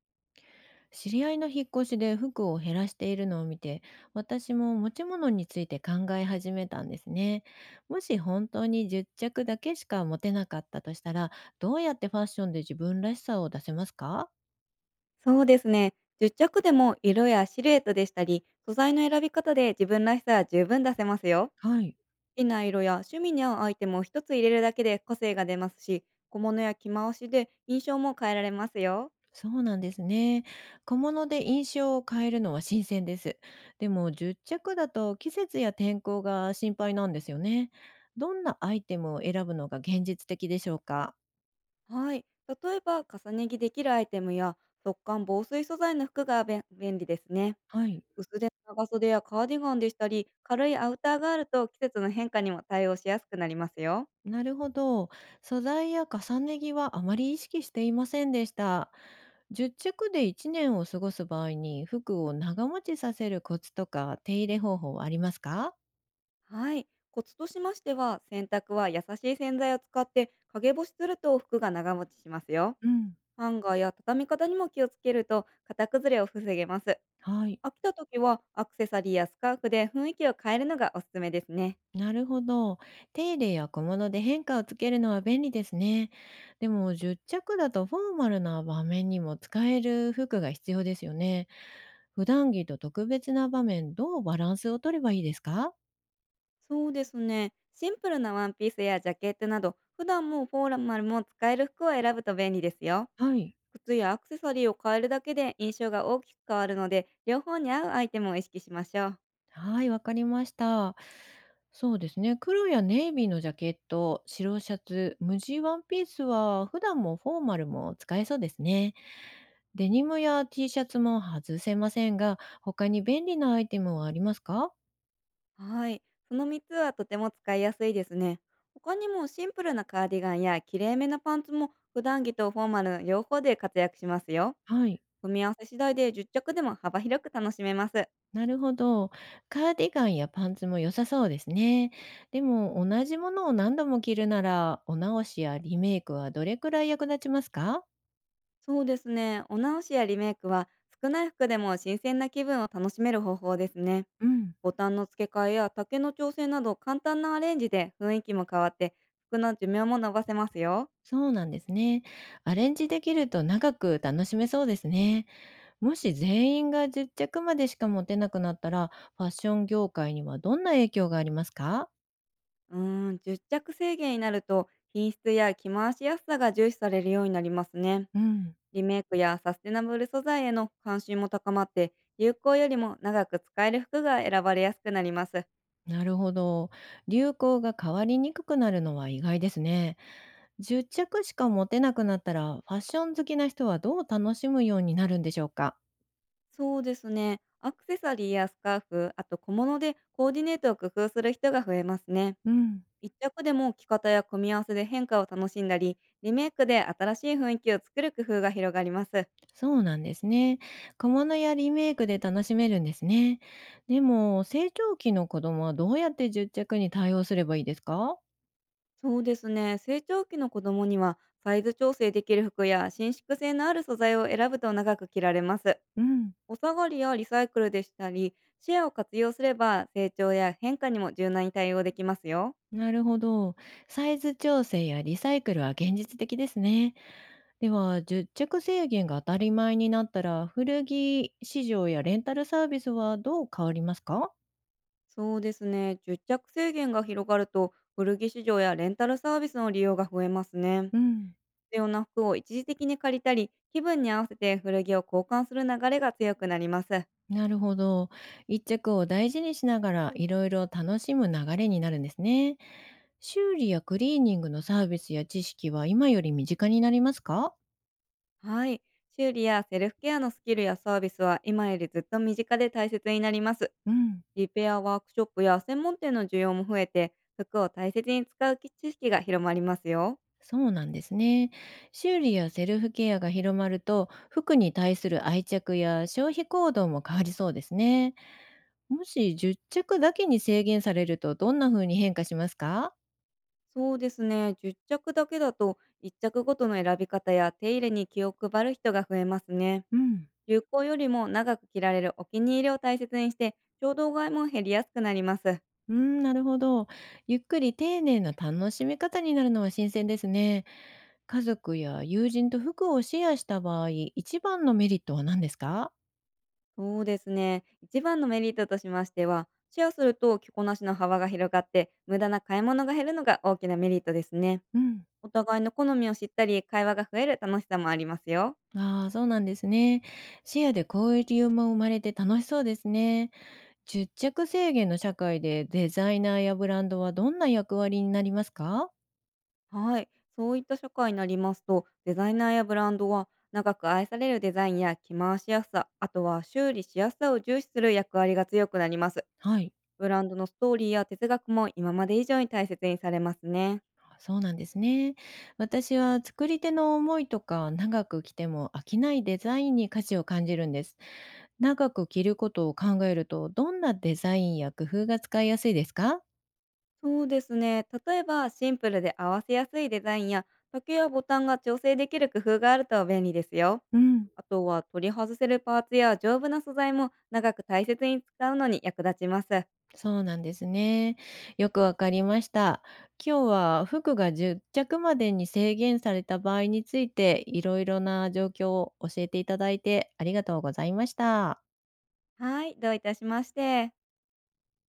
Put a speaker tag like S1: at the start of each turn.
S1: 知り合いの引っ越しで服を減らしているのを見て、私も持ち物について考え始めたんですね。もし本当に10着だけしか持てなかったとしたら、どうやってファッションで自分らしさを出せますか？
S2: そうですね。10着でも色やシルエットでしたり、素材の選び方で自分らしさは十分出せますよ。
S1: はい。
S2: 好きな色や趣味に合うアイテムを一つ入れるだけで個性が出ますし、小物や着回しで印象も変えられますよ。
S1: そうなんですね。小物で印象を変えるのは新鮮です。でも10着だと季節や天候が心配なんですよね。どんなアイテムを選ぶのが現実的でしょうか？
S2: はい。例えば、重ね着できるアイテムや速乾防水素材の服が便利ですね。
S1: はい。
S2: 薄手の長袖やカーディガンでしたり、軽いアウターがあると季節の変化にも対応しやすくなりますよ。
S1: なるほど。素材や重ね着はあまり意識していませんでした。10着で1年を過ごす場合に服を長持ちさせるコツとか手入れ方法はありますか？
S2: はい。コツとしましては、洗濯は優しい洗剤を使って陰干しすると服が長持ちしますよ。
S1: うん、
S2: ハンガーや畳み方にも気をつけると型崩れを防げます。
S1: はい。
S2: 飽きた時はアクセサリーやスカーフで雰囲気を変えるのがおすすめですね。
S1: なるほど。手入れや小物で変化をつけるのは便利ですね。でも10着だとフォーマルな場面にも使える服が必要ですよね。普段着と特別な場面、どうバランスを取ればいいですか？
S2: そうですね。シンプルなワンピースやジャケットなど、普段もフォーマルも使える服を選ぶと便利ですよ。
S1: はい。
S2: 靴やアクセサリーを変えるだけで印象が大きく変わるので、両方に合うアイテムを意識しましょう。
S1: はい、わかりました。そうですね、黒やネイビーのジャケット、白シャツ、無地ワンピースは普段もフォーマルも使えそうですね。デニムや Tシャツも外せませんが、他に便利なアイテムはありますか？
S2: はい。その3つはとても使いやすいですね。他にもシンプルなカーディガンやきれいめなパンツも普段着とフォーマルの両方で活躍しますよ。
S1: はい。
S2: 組み合わせ次第で10着でも幅広く楽しめます。
S1: なるほど。カーディガンやパンツも良さそうですね。でも、同じものを何度も着るなら、お直しやリメイクはどれくらい役立ちますか？
S2: そうですね。お直しやリメイクは少ない服でも新鮮な気分を楽しめる方法ですね。
S1: うん。
S2: ボタンの付け替えや丈の調整など簡単なアレンジで雰囲気も変わって、服の寿命も伸ばせますよ。
S1: そうなんですね。アレンジできると長く楽しめそうですね。もし全員が10着までしか持てなくなったら、ファッション業界にはどんな影響がありますか？
S2: うーん、10着制限になると品質や着回しやすさが重視されるようになりますね。
S1: うん、
S2: リメイクやサステナブル素材への関心も高まって、流行よりも長く使える服が選ばれやすくなります。
S1: なるほど。流行が変わりにくくなるのは意外ですね。10着しか持てなくなったら、ファッション好きな人はどう楽しむようになるんでしょうか？
S2: そうですね。アクセサリーやスカーフ、あと小物でコーディネートを工夫する人が増えますね。
S1: うん。
S2: 一着でも着方や組み合わせで変化を楽しんだり、リメイクで新しい雰囲気を作る工夫が広がります。
S1: そうなんですね。小物やリメイクで楽しめるんですね。でも、成長期の子供はどうやって10着に対応すればいいですか？
S2: そうですね。成長期の子供には、サイズ調整できる服や伸縮性のある素材を選ぶと長く着られます。
S1: うん。
S2: お下がりやリサイクルでしたり、シェアを活用すれば成長や変化にも柔軟に対応できますよ。
S1: なるほど。サイズ調整やリサイクルは現実的ですね。では、10着制限が当たり前になったら、古着市場やレンタルサービスはどう変わりますか？
S2: そうですね。10着制限が広がると、古着市場やレンタルサービスの利用が増えますね。
S1: うん。
S2: 必要な服を一時的に借りたり、気分に合わせて古着を交換する流れが強くなります。
S1: なるほど。一着を大事にしながらいろいろ楽しむ流れになるんですね。修理やクリーニングのサービスや知識は今より身近になりますか？
S2: はい。修理やセルフケアのスキルやサービスは今よりずっと身近で大切になります。
S1: うん。
S2: リペアワークショップや専門店の需要も増えて、服を大切に使う知識が広まりますよ。
S1: そうなんですね。修理やセルフケアが広まると、服に対する愛着や消費行動も変わりそうですね。もし10着だけに制限されると、どんな風に変化しますか？
S2: そうですね。10着だけだと、1着ごとの選び方や手入れに気を配る人が増えますね。
S1: うん。
S2: 流行よりも長く着られるお気に入りを大切にして、衝動買いも減りやすくなります。
S1: なるほど。ゆっくり丁寧な楽しみ方になるのは新鮮ですね。家族や友人と服をシェアした場合、一番のメリットは何ですか？
S2: そうですね。一番のメリットとしましては、シェアすると着こなしの幅が広がって、無駄な買い物が減るのが大きなメリットですね。
S1: うん。
S2: お互いの好みを知ったり、会話が増える楽しさもありますよ。
S1: ああ、そうなんですね。シェアで交流も生まれて楽しそうですね。出着制限の社会でデザイナーやブランドはどんな役割になりますか？
S2: はい。そういった社会になりますと、デザイナーやブランドは、長く愛されるデザインや着回しやすさ、あとは修理しやすさを重視する役割が強くなります。
S1: はい。
S2: ブランドのストーリーや哲学も今まで以上に大切にされますね。
S1: そうなんですね。私は作り手の思いとか長く着ても飽きないデザインに価値を感じるんです。長く着ることを考えるとどんなデザインや工夫が使いやすいですか？
S2: そうですね。例えばシンプルで合わせやすいデザインや時計やボタンが調整できる工夫があると便利ですよ。
S1: うん、
S2: あとは取り外せるパーツや丈夫な素材も長く大切に使うのに役立ちます。
S1: そうなんですね。よくわかりました。今日は服が10着までに制限された場合についていろいろな状況を教えていただいてありがとうございました。
S2: はい、どういたしまして。